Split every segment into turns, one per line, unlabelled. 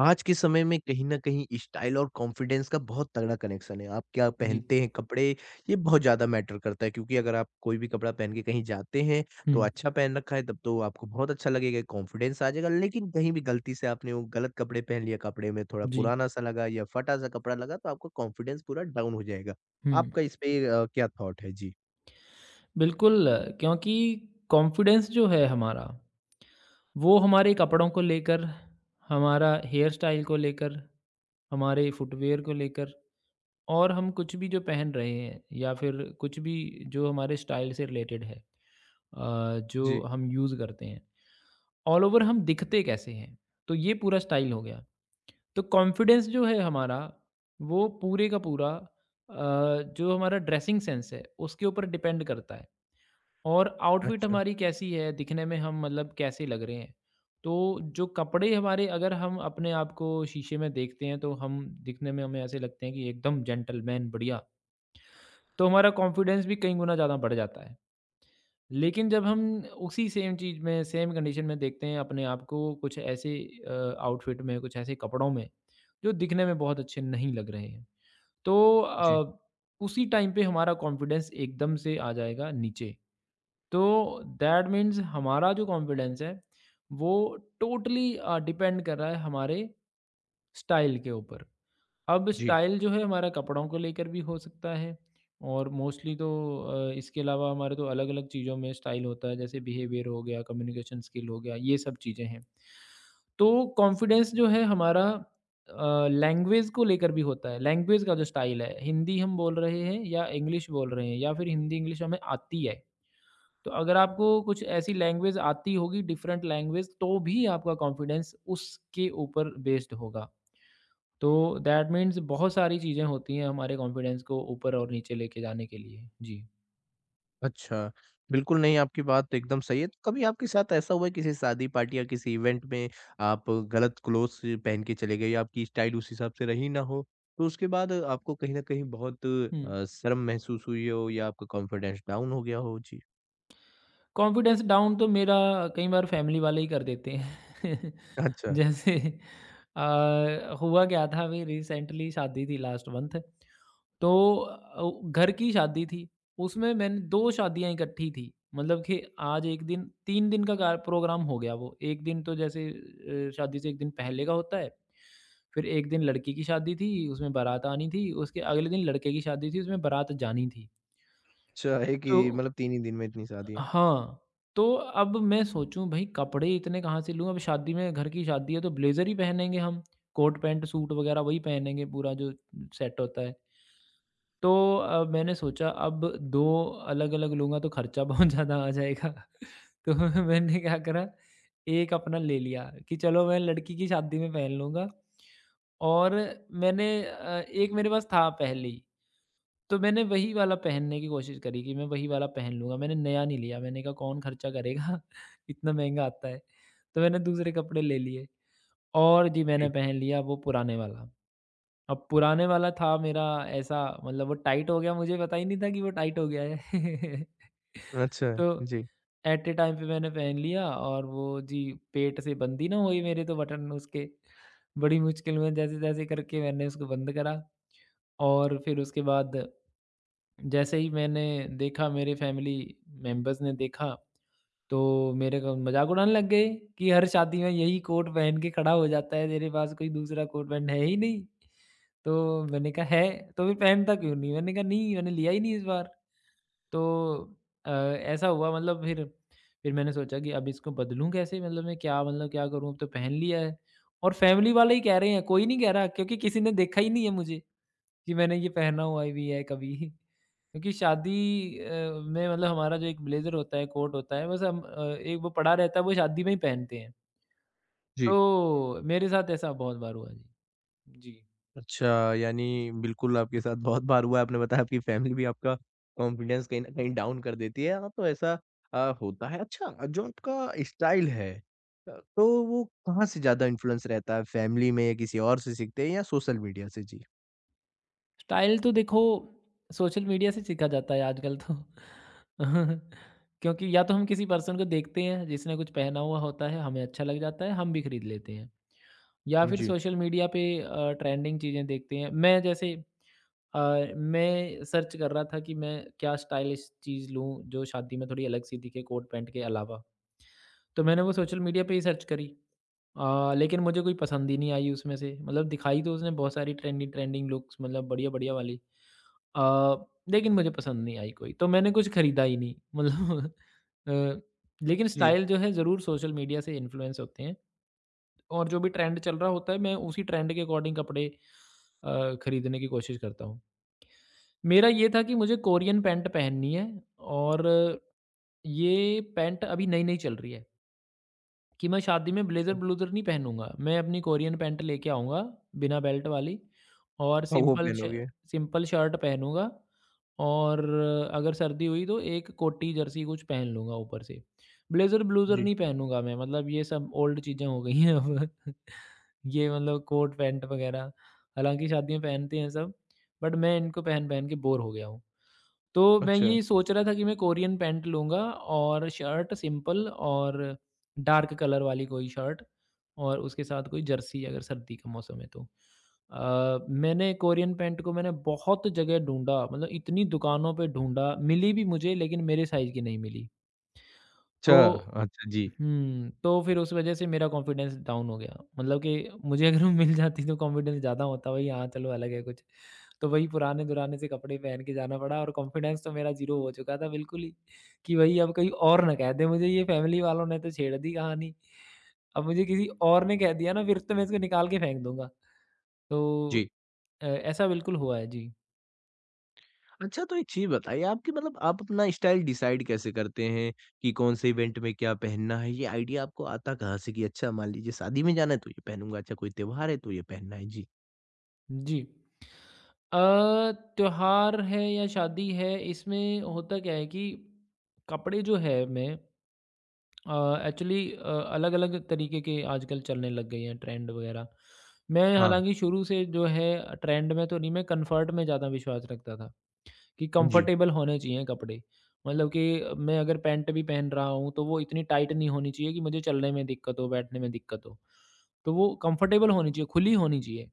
आज के समय में कहीं न कहीं स्टाइल और कॉन्फिडेंस का बहुत तगड़ा कनेक्शन है। आप क्या
जी,
पहनते हैं कपड़े, ये बहुत ज़्यादा मैटर करता है क्योंकि अगर आप कोई भी कपड़ा पहन के कहीं जाते हैं, तो
हुँ,
अच्छा पहन रखा है तब तो आपको बहुत अच्छा लगेगा, कॉन्फिडेंस आ जाएगा। लेकिन कहीं भी गलती से आपने वो गलत कपड़े पहन लिया, कपड़े में थोड़ा
जी,
पुराना-सा लगा या फटा-सा कपड़ा लगा तो आपका कॉन्फिडेंस पूरा डाउन हो जाएगा।
हुँ।
आपका इस पे क्या थॉट है? जी।
बिल्कुल, क्योंकि कॉन्फिडेंस जो है हमारा, वो हमारे कपड़ों को लेकर, हमारा हेयर स्टाइल को लेकर, हमारे फुटवियर को लेकर और हम कुछ भी जो पहन रहे हैं या फिर कुछ भी जो हमारे स्टाइल से रिलेटेड है, जो
जी।
हम यूज़ करते हैं, ऑल ओवर हम दिखते कैसे हैं। तो ये पूरा स्टाइल हो गया। तो कॉन्फिडेंस जो है हमारा वो पूरे का पूरा अ, जो हमारा ड्रेसिंग सेंस है उसके ऊपर डिपेंड करता है और आउटफिट
अच्छा।
हमारी कैसी है दिखने में हम मतलब कैसे लग रहे हैं। तो जो कपड़े हमारे अगर हम अपने आप को शीशे में देखते हैं तो हम दिखने में हमें ऐसे लगते हैं कि एकदम जेंटलमैन बढ़िया, तो हमारा कॉन्फिडेंस भी कई गुना ज़्यादा बढ़ जाता है। लेकिन जब हम उसी सेम चीज़ में, सेम कंडीशन में देखते हैं अपने आप को कुछ ऐसे आउटफिट में, कुछ ऐसे कपड़ों में, जो दिखने में बहुत अच्छे नहीं लग रहे हैं। तो
जी।
अ, उसी टाइम पे हमारा कॉन्फिडेंस एकदम से आ जाएगा नीचे। तो दैट मीन्स हमारा जो कॉन्फिडेंस है, वो टोटली डिपेंड कर रहा है हमारे स्टाइल के ऊपर। अब
जी।
स्टाइल जो है हमारा कपड़ों को लेकर भी हो सकता है और मोस्टली तो इसके अलावा हमारे तो अलग-अलग चीज़ों में स्टाइल होता है जैसे बिहेवियर हो गया, कम्युनिकेशन स्किल हो गया, ये सब चीज़ें हैं। तो कॉन्फिडेंस जो है हमारा लैंग्वेज को लेकर भी होता है। लैंग्वेज का जो स्टाइल है, हिंदी हम बोल रहे हैं या इंग्लिश बोल रहे हैं या फिर हिंदी इंग्लिश हमें आती है। तो अगर आपको कुछ ऐसी लैंग्वेज आती होगी, डिफरेंट लैंग्वेज, तो भी आपका कॉन्फिडेंस उसके ऊपर बेस्ड होगा। तो दैट मीन्स बहुत सारी चीज़ें होती हैं हमारे कॉन्फिडेंस को ऊपर और नीचे लेके जाने के लिए। जी।
अच्छा। बिल्कुल नहीं, आपकी बात तो एकदम सही है। तो कभी आपके साथ ऐसा हुआ है किसी शादी पार्टी या किसी इवेंट में आप गलत क्लोथ्स पहन के चले गए या आपकी स्टाइल उस हिसाब से रही ना हो? तो उसके बाद आपको कहीं न कहीं बहुत
हुँ।
शर्म महसूस हुई हो या आपका कॉन्फिडेंस डाउन हो गया हो? जी।
कॉन्फिडेंस डाउन तो मेरा कई बार फैमिली वाले ही कर देते हैं।
अच्छा।
जैसे हुआ क्या था, अभी रिसेंटली शादी थी लास्ट मंथ। तो घर की शादी थी, उसमें मैंने दो शादियां इकट्ठी थी, मतलब कि आज एक दिन 3 दिन का प्रोग्राम हो गया। वो एक दिन तो जैसे शादी से एक दिन पहले का होता है, फिर एक दिन लड़की की शादी थी, उसमें बारात आनी थी, उसके अगले दिन लड़के की शादी थी, उसमें बारात जानी थी।
अच्छा, एक
तो
ही मतलब 3 ही दिन में इतनी शादियाँ।
हाँ, तो अब मैं सोचूँ भई कपड़े इतने कहाँ से लूँ? अब शादी में घर की शादी है तो ब्लेज़र ही पहनेंगे हम, कोट पैंट सूट वग़ैरह वही पहनेंगे पूरा जो सेट होता है। तो मैंने सोचा अब 2 अलग-अलग लूँगा तो खर्चा बहुत ज़्यादा आ जाएगा। तो मैंने क्या करा, एक अपना ले लिया कि चलो मैं लड़की की शादी में पहन लूँगा और मैंने एक मेरे पास था पहले ही। तो मैंने वही वाला पहनने की कोशिश करी कि मैं वही वाला पहन लूँगा। मैंने नया नहीं लिया, मैंने कहा कौन खर्चा करेगा, इतना महँगा आता है। तो मैंने दूसरे कपड़े ले लिए और जी
जी।
मैंने
जी।
पहन लिया वो पुराने वाला। अब पुराने वाला था मेरा ऐसा, मतलब वो टाइट हो गया, मुझे पता ही नहीं था कि वो टाइट हो गया है।
अच्छा।
तो
जी।
एट ए टाइम पे मैंने पहन लिया और वो जी पेट से बंद ही ना हुई मेरे तो बटन उसके। बड़ी मुश्किल में जैसे-तैसे करके मैंने उसको बंद करा और फिर उसके बाद जैसे ही मैंने देखा, मेरे फैमिली मेंबर्स ने देखा, तो मेरे को मज़ाक उड़ाने लग गए कि हर शादी में यही कोट पहन के खड़ा हो जाता है, तेरे पास कोई दूसरा कोट पैंट है ही नहीं। तो मैंने कहा है, तो फिर पहनता क्यों नहीं? मैंने कहा नहीं, मैंने लिया ही नहीं इस बार। तो ऐसा हुआ, मतलब फिर मैंने सोचा कि अब इसको बदलूँ कैसे? मतलब मैं क्या, मतलब क्या करूँ? अब तो पहन लिया है और फैमिली वाले ही कह रहे हैं, कोई नहीं कह रहा क्योंकि किसी ने देखा ही नहीं है मुझे, कि मैंने ये पहना हुआ भी है कभी। क्योंकि शादी में मतलब हमारा जो एक ब्लेज़र होता है, कोट होता है, बस हम एक वो पड़ा रहता है, वो शादी में ही पहनते हैं।
जी।
तो मेरे साथ ऐसा बहुत बार हुआ जी। जी।
अच्छा, यानी बिल्कुल आपके साथ बहुत बार हुआ है, आपने बताया आपकी फैमिली भी आपका कॉन्फिडेंस कहीं न कहीं डाउन कर देती है। हाँ, तो ऐसा होता है। अच्छा, जो आपका स्टाइल है तो वो कहाँ से ज़्यादा इन्फ्लुएंस रहता है? फैमिली में या किसी और से सीखते हैं या सोशल मीडिया से? जी।
स्टाइल तो देखो सोशल मीडिया से सीखा जाता है आजकल तो। क्योंकि या तो हम किसी पर्सन को देखते हैं, जिसने कुछ पहना हुआ होता है, हमें अच्छा लग जाता है, हम भी खरीद लेते हैं। या फिर
जी,
सोशल मीडिया पे ट्रेंडिंग चीज़ें देखते हैं। मैं जैसे मैं सर्च कर रहा था कि मैं क्या स्टाइलिश चीज़ लूँ, जो शादी में थोड़ी अलग सी दिखे कोट पैंट के अलावा। तो मैंने वो सोशल मीडिया पे ही सर्च करी, लेकिन मुझे कोई पसंद ही नहीं आई उसमें से। मतलब दिखाई तो उसने बहुत सारी ट्रेंडिंग ट्रेंडिंग लुक्स मतलब बढ़िया-बढ़िया वाली। अ, लेकिन मुझे पसंद नहीं आई कोई, तो मैंने कुछ खरीदा ही नहीं। मतलब अ, लेकिन
जी।
स्टाइल जो है ज़रूर सोशल मीडिया से इन्फ्लुएंस होते हैं और जो भी ट्रेंड चल रहा होता है, मैं उसी ट्रेंड के अकॉर्डिंग कपड़े खरीदने की कोशिश करता हूँ। मेरा ये था कि मुझे कोरियन पैंट पहननी है और ये पैंट अभी नई-नई चल रही है, कि मैं शादी में
अच्छा,
ब्लेज़र-ब्लूज़र नहीं पहनूँगा। मैं अपनी कोरियन पैंट लेके आऊँगा बिना बेल्ट वाली और
हाँ, वो पहनोगे।
सिंपल शर्ट पहनूँगा और अगर सर्दी हुई तो एक कोटी जर्सी कुछ पहन लूँगा ऊपर से। ब्लेज़र-ब्लूज़र
जी,
नहीं पहनूँगा मैं, मतलब ये सब ओल्ड चीज़ें हो गई हैं अब। ये मतलब कोट पैंट वगैरह हालाँकि शादी में पहनते हैं सब, बट मैं इनको पहन-पहन के बोर हो गया हूँ। तो मैं
अच्छा।
ये सोच रहा था कि मैं कोरियन पैंट लूँगा और शर्ट सिंपल और डार्क कलर वाली कोई शर्ट और उसके साथ कोई जर्सी अगर सर्दी का मौसम है तो। मैंने कोरियन पैंट को मैंने बहुत जगह ढूँढा, मतलब इतनी दुकानों पे ढूँढा, मिली भी मुझे लेकिन मेरे साइज़ की नहीं मिली।
अच्छा,
तो
अच्छा जी,
हुँ, तो फिर उस वज़ह से मेरा कॉन्फिडेंस डाउन हो गया। मतलब कि मुझे अगर वो मिल जाती तो कॉन्फिडेंस ज़्यादा होता, भाई हाँ, चलो अलग है कुछ। तो वही पुराने-दुराने से कपड़े पहन के जाना पड़ा और कॉन्फिडेंस तो मेरा ज़ीरो हो चुका था बिल्कुल ही, कि भई अब कहीं और ना कह दें मुझे, ये फैमिली वालों ने तो छेड़ दी कहानी। अब मुझे किसी और ने कह दिया ना, फिर तो मैं इसको निकाल के फेंक दूँगा। तो
जी।
अ, ऐसा बिल्कुल हुआ है। जी।
अच्छा तो एक चीज़ बताइए आपकी मतलब आप अपना स्टाइल डिसाइड कैसे करते हैं कि कौन से इवेंट में क्या पहनना है? ये आइडिया आपको आता कहाँ से कि अच्छा मान लीजिए शादी में जाना है तो ये पहनूँगा, अच्छा कोई त्योहार है तो ये पहनना है? जी।
जी। अ, त्योहार है या शादी है, इसमें होता क्या है कि कपड़े जो है मैं अ, एक्चुअली अलग-अलग तरीके के आजकल चलने लग गए हैं ट्रेंड वगैरह। मैं
हाँ।
हालाँकि शुरू से जो है ट्रेंड में तो नहीं, मैं कम्फ़र्ट में ज़्यादा विश्वास रखता था, कि
जी।
कम्फ़र्टेबल होने चाहिए कपड़े। मतलब कि मैं अगर पैंट भी पहन रहा हूँ तो वो इतनी टाइट नहीं होनी चाहिए कि मुझे चलने में दिक्कत हो, बैठने में दिक्कत हो। तो वो कम्फ़र्टेबल होनी चाहिए, खुली होनी चाहिए।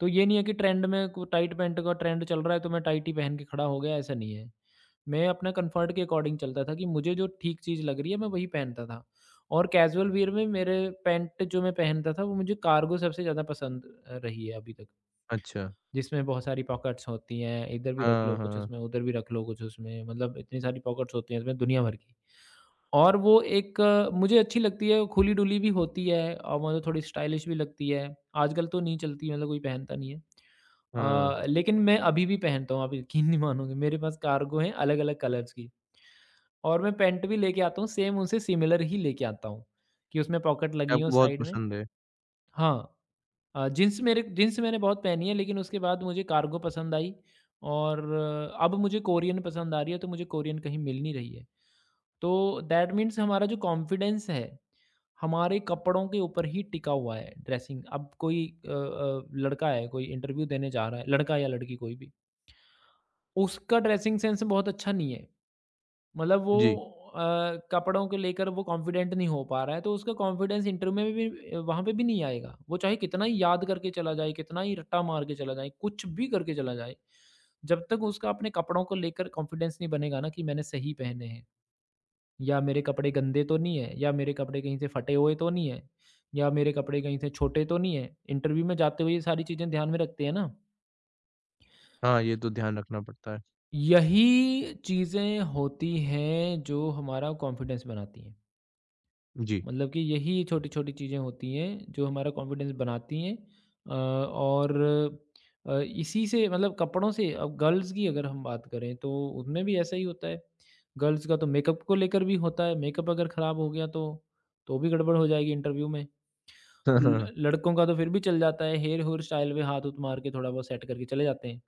तो ये नहीं है कि ट्रेंड में को टाइट पैंट का ट्रेंड चल रहा है तो मैं टाइट ही पहन के खड़ा हो गया, ऐसा नहीं है। मैं अपने कंफर्ट के अकॉर्डिंग चलता था कि मुझे जो ठीक चीज़ लग रही है मैं वही पहनता था। और कैजुअल वियर में मेरे पैंट जो मैं पहनता था वो मुझे कार्गो सबसे ज़्यादा पसंद रही है अभी तक।
अच्छा।
जिसमें बहुत सारी पॉकेट्स होती हैं, इधर भी रख
हाँ,
लो कुछ
हाँ,
उसमें, उधर भी रख लो कुछ उसमें, मतलब इतनी सारी पॉकेट्स होती हैं इसमें दुनिया भर की। और वो एक मुझे अच्छी लगती है, खुली-डुली भी होती है और मतलब थोड़ी स्टाइलिश भी लगती है। आजकल तो नहीं चलती, मतलब कोई पहनता नहीं है।
हाँ।
लेकिन मैं अभी भी पहनता हूँ, आप यकीन नहीं मानोगे मेरे पास कार्गो हैं अलग-अलग कलर्स की और मैं पैंट भी लेके आता हूँ सेम उनसे सिमिलर ही लेके आता हूँ, कि उसमें पॉकेट
ये
लगी हो
आपको बहुत
साइड में।
पसंद है।
हाँ, जीन्स मेरे जीन्स मैंने बहुत पहनी है लेकिन उसके बाद मुझे कार्गो पसंद आई और अब मुझे कोरियन पसंद आ रही है, तो मुझे कोरियन कहीं मिल नहीं रही है। तो दैट मीन्स हमारा जो कॉन्फिडेंस है, हमारे कपड़ों के ऊपर ही टिका हुआ है ड्रेसिंग। अब कोई लड़का है, कोई इंटरव्यू देने जा रहा है, लड़का या लड़की कोई भी। उसका ड्रेसिंग सेंस बहुत अच्छा नहीं है, मतलब वो
जी।
अ, कपड़ों को लेकर वो कॉन्फिडेंट नहीं हो पा रहा है, तो उसका कॉन्फिडेंस इंटरव्यू में भी, वहाँ पे भी नहीं आएगा। वो चाहे कितना ही याद करके चला जाए, कितना ही रट्टा मार के चला जाए, कुछ भी करके चला जाए, जब तक उसका अपने कपड़ों को लेकर कॉन्फिडेंस नहीं बनेगा ना, कि मैंने सही पहने हैं या मेरे कपड़े गंदे तो नहीं है, या मेरे कपड़े कहीं से फटे हुए तो नहीं है, या मेरे कपड़े कहीं से छोटे तो नहीं है। इंटरव्यू में जाते हुए ये सारी चीज़ें ध्यान में रखते हैं ना।
हाँ, ये तो ध्यान रखना पड़ता है।
यही चीज़ें होती हैं जो हमारा कॉन्फिडेंस बनाती हैं।
जी।
मतलब कि यही छोटी-छोटी चीज़ें होती हैं जो हमारा कॉन्फिडेंस बनाती हैं। और इसी से मतलब कपड़ों से अब गर्ल्स की अगर हम बात करें तो उनमें भी ऐसा ही होता है। गर्ल्स का तो मेकअप को लेकर भी होता है। मेकअप अगर ख़राब हो गया तो भी गड़बड़ हो जाएगी इंटरव्यू में। ल
हाँ
लड़कों का तो फिर भी चल जाता है। हेयर हेयर स्टाइल में हाथ-हूथ मार के थोड़ा बहुत सेट करके चले जाते हैं।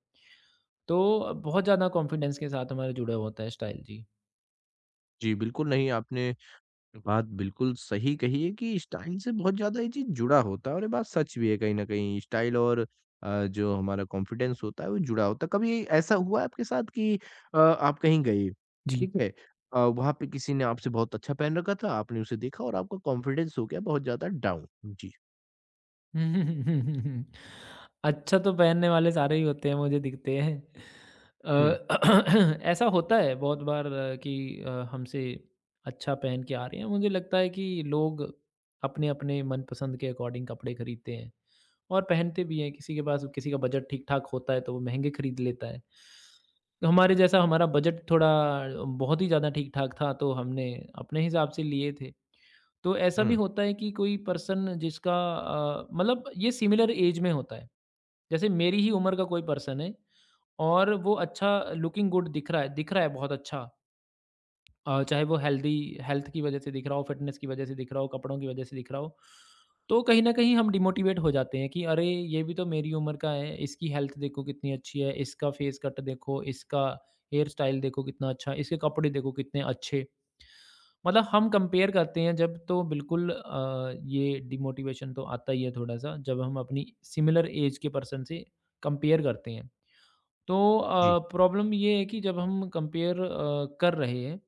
तो बहुत ज़्यादा कॉन्फिडेंस के साथ हमारा जुड़ा होता है स्टाइल। जी।
जी, बिल्कुल नहीं आपने बात बिल्कुल सही कही है कि स्टाइल से बहुत ज़्यादा ये चीज़ जुड़ा होता है और ये बात सच भी है कहीं न कहीं स्टाइल और जो हमारा कॉन्फिडेंस होता है वो जुड़ा होता है। कभी ऐसा हुआ है आपके साथ कि आप कहीं गए,
जी।
ठीक है? वहाँ पे किसी ने आपसे बहुत अच्छा पहन रखा था, आपने उसे देखा और आपका कॉन्फिडेंस हो गया बहुत ज़्यादा डाउन? जी।
अच्छा तो पहनने वाले सारे ही होते हैं, मुझे दिखते हैं।
हुँ,
अ, ऐसा होता है बहुत बार कि हमसे अच्छा पहन के आ रहे हैं, मुझे लगता है कि लोग अपने-अपने मनपसंद के अकॉर्डिंग कपड़े खरीदते हैं और पहनते भी हैं। किसी के पास किसी का बजट ठीक-ठाक होता है, तो वो महँगे खरीद लेता है। हमारे जैसा हमारा बजट थोड़ा बहुत ही ज़्यादा ठीक-ठाक था, तो हमने अपने हिसाब से लिए थे। तो ऐसा भी
हुँ,
होता है कि कोई पर्सन जिसका मतलब ये सिमिलर एज में होता है। जैसे मेरी ही उम्र का कोई पर्सन है और वो अच्छा लुकिंग गुड दिख रहा है बहुत अच्छा। चाहे वो हेल्दी हेल्थ की वज़ह से दिख रहा हो, फिटनेस की वज़ह से दिख रहा हो, कपड़ों की वज़ह से दिख रहा हो। तो कहीं न कहीं हम डिमोटिवेट हो जाते हैं कि अरे! ये भी तो मेरी उम्र का है, इसकी हेल्थ देखो कितनी अच्छी है, इसका फेस कट देखो, इसका हेयर स्टाइल देखो कितना अच्छा, इसके कपड़े देखो कितने अच्छे। मतलब हम कंपेयर करते हैं जब तो बिल्कुल ये डिमोटिवेशन तो आता ही है थोड़ा-सा जब हम अपनी सिमिलर एज के पर्सन से कंपेयर करते हैं। तो
जी,
प्रॉब्लम ये है कि जब हम कंपेयर कर रहे हैं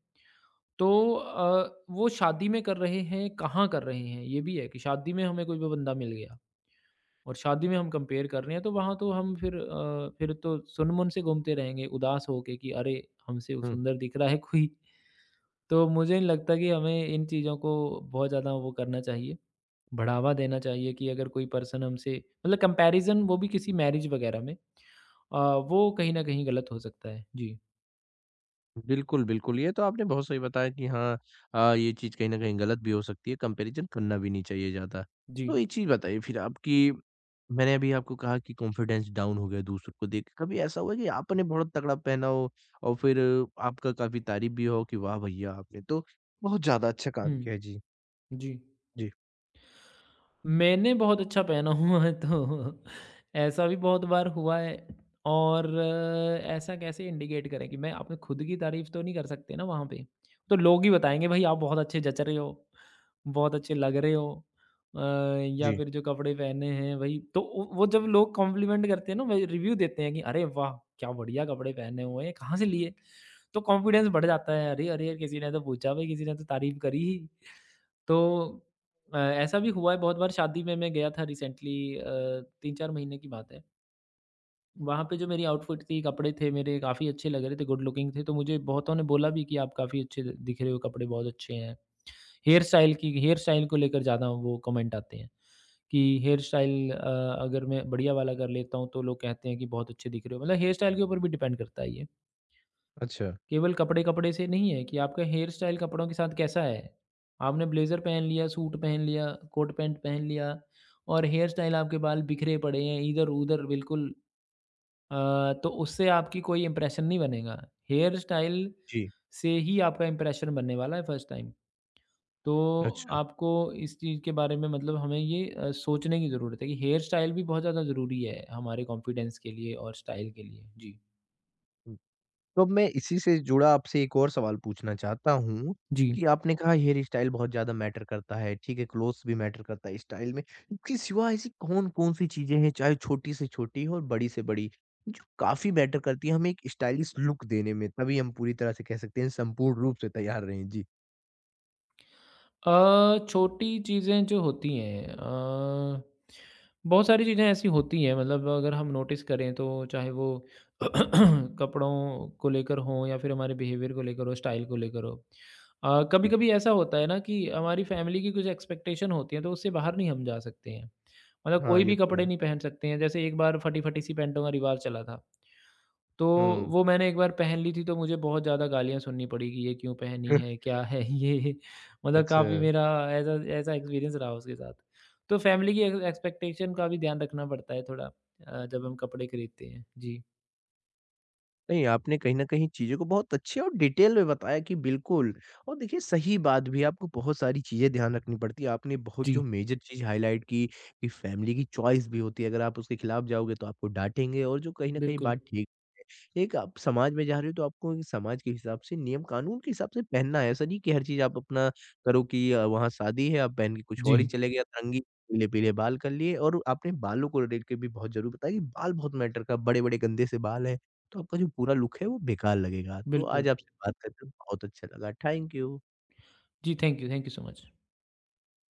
तो वो शादी में कर रहे हैं, कहाँ कर रहे हैं? ये भी है कि शादी में हमें कोई भी बंदा मिल गया और शादी में हम कंपेयर कर रहे हैं तो वहाँ तो हम फिर फिर तो सुन-मुन से घूमते रहेंगे उदास होके कि अरे! हमसे वो
हुँ।
सुंदर दिख रहा है कोई। तो मुझे नहीं लगता कि हमें इन चीज़ों को बहुत ज़्यादा वो करना चाहिए, बढ़ावा देना चाहिए कि अगर कोई पर्सन हमसे मतलब कंपैरिज़न वो भी किसी मैरिज वगैरह में अ, वो कहीं न कहीं गलत हो सकता है। जी।
बिल्कुल, बिल्कुल। ये तो आपने बहुत सही बताया कि हाँ ये चीज़ कहीं न कहीं गलत भी हो सकती है, कंपैरिज़न करना भी नहीं चाहिए ज़्यादा। तो
जी।
एक चीज़ बताइए फिर आप कि मैंने अभी आपको कहा कि कॉन्फिडेंस डाउन हो गया दूसरों को देख के, कभी ऐसा हुआ है कि आपने बहुत तगड़ा पहना हो और फिर आपका काफ़ी तारीफ़ भी हो कि वाह भैया आपने तो बहुत ज़्यादा अच्छा काम
हुँ।
किया है? जी।
जी।
जी।
मैंने बहुत अच्छा पहना हुआ है तो ऐसा भी बहुत बार हुआ है और ऐसा कैसे इंडिकेट करें कि मैं अपने खुद की तारीफ तो नहीं कर सकते ना वहाँ पे। तो लोग ही बताएंगे भाई आप बहुत अच्छे जच रहे हो बहुत अच्छे लग रहे हो। अ, या
जी।
फिर जो कपड़े पहने हैं भाई तो वो जब लोग कॉम्प्लीमेंट करते हैं ना भाई रिव्यू देते हैं कि अरे वाह क्या बढ़िया कपड़े पहने हुए हैं कहाँ से लिए। तो कॉन्फिडेंस बढ़ जाता है, अरे अरे किसी ने तो पूछा भाई किसी ने तो तारीफ करी ही। तो अ, ऐसा भी हुआ है बहुत बार। शादी में मैं गया था रिसेंटली, 3-4 महीने की बात है। वहाँ पे जो मेरी आउटफिट थी, कपड़े थे मेरे काफ़ी अच्छे लग रहे थे, गुड लुकिंग थे, तो मुझे बहुतों ने बोला भी कि आप काफ़ी अच्छे द दिख रहे हो, कपड़े बहुत अच्छे हैं। हेयर स्टाइल को लेकर ज़्यादा वो कमेंट आते हैं कि हेयर स्टाइल अगर मैं बढ़िया वाला कर लेता हूँ, तो लोग कहते हैं कि बहुत अच्छे दिख रहे हो। मतलब हेयर स्टाइल के ऊपर भी डिपेंड करता है ये।
अच्छा।
केवल कपड़े-कपड़े से नहीं है कि आपका हेयर स्टाइल कपड़ों के साथ कैसा है। आपने ब्लेज़र पहन लिया, सूट पहन लिया, कोट पैंट पहन लिया और हेयर स्टाइल आपके बाल बिखरे पड़े हैं इधर-उधर बिल्कुल। तो उससे आपकी कोई इंप्रेशन नहीं बनेगा। हेयर स्टाइल
जी।
से ही आपका इंप्रेशन बनने वाला है फर्स्ट टाइम। तो
अच्छा।
आपको इस चीज़ के बारे में मतलब हमें ये सोचने की ज़रूरत है कि हेयर स्टाइल भी बहुत ज़्यादा ज़रूरी है हमारे कॉन्फिडेंस के लिए और स्टाइल के लिए। जी।
तो अब मैं इसी से जुड़ा आपसे एक और सवाल पूछना चाहता हूँ
जी।
कि आपने कहा हेयर स्टाइल बहुत ज़्यादा मैटर करता है, ठीक है, क्लोथ्स भी मैटर करता है स्टाइल में। इसके सिवा ऐसी कौन-कौन सी चीज़ें हैं, चाहे छोटी से छोटी हो और बड़ी से बड़ी, जो काफ़ी मैटर करती है हमें एक स्टाइलिश लुक देने में? तभी हम पूरी तरह से कह सकते हैं संपूर्ण रूप से तैयार रहें। जी,
छोटी चीज़ें जो होती हैं बहुत सारी चीज़ें ऐसी होती हैं, मतलब अगर हम नोटिस करें तो चाहे वो कपड़ों को लेकर हो या फिर हमारे बिहेवियर को लेकर हो, स्टाइल को लेकर हो। कभी
जी।
कभी ऐसा होता है ना कि हमारी फैमिली की कुछ एक्सपेक्टेशन होती है, तो उससे बाहर नहीं हम जा सकते हैं। मतलब
हाँ,
कोई
ये
भी
तो है।
कपड़े नहीं पहन सकते हैं। जैसे एक बार फटी फटी सी पैंटों का रिवाज चला था, तो
हुँ।
वो मैंने एक बार पहन ली थी, तो मुझे बहुत ज़्यादा गालियाँ सुननी पड़ी कि ये क्यों पहनी है? क्या है ये? मतलब
अच्छा।
काफ़ी मेरा ऐसा ऐसा एक्सपीरियंस रहा उसके साथ। तो फैमिली की एक्सपेक्टेशन का भी ध्यान रखना पड़ता है थोड़ा, जब हम कपड़े खरीदते हैं। जी।
नहीं, आपने कहीं न कहीं चीज़ों को बहुत अच्छे और डिटेल में बताया कि बिल्कुल और देखिए सही बात भी है, आपको बहुत सारी चीज़ें ध्यान रखनी पड़ती है। आपने बहुत जो
जी।
मेजर चीज़ हाइलाइट की, कि फैमिली की चॉइस भी होती है, अगर आप उसके खिलाफ जाओगे तो आपको डाँटेंगे और जो कहीं न कहीं
बिल्कुल।
बात ठीक एक आप समाज में जा रहे हो तो आपको एक समाज के हिसाब से नियम कानून के हिसाब से पहनना है। ऐसा नहीं कि हर चीज़ आप अपना करो कि वहाँ शादी है आप पहन के कुछ
जी।
और ही चले गए, अतरंगी पीले-पीले बाल कर लिए और आपने बालों को लेके के भी बहुत ज़रूर बताया कि बाल बहुत मैटर का बड़े-बड़े गंदे से बाल हैं, तो आपका जो पूरा लुक है वो बेकार लगेगा। तो
बिल्कुल।
आज आपसे बात करके बहुत अच्छा लगा। Thank you.
जी, थैंक यू सो मच।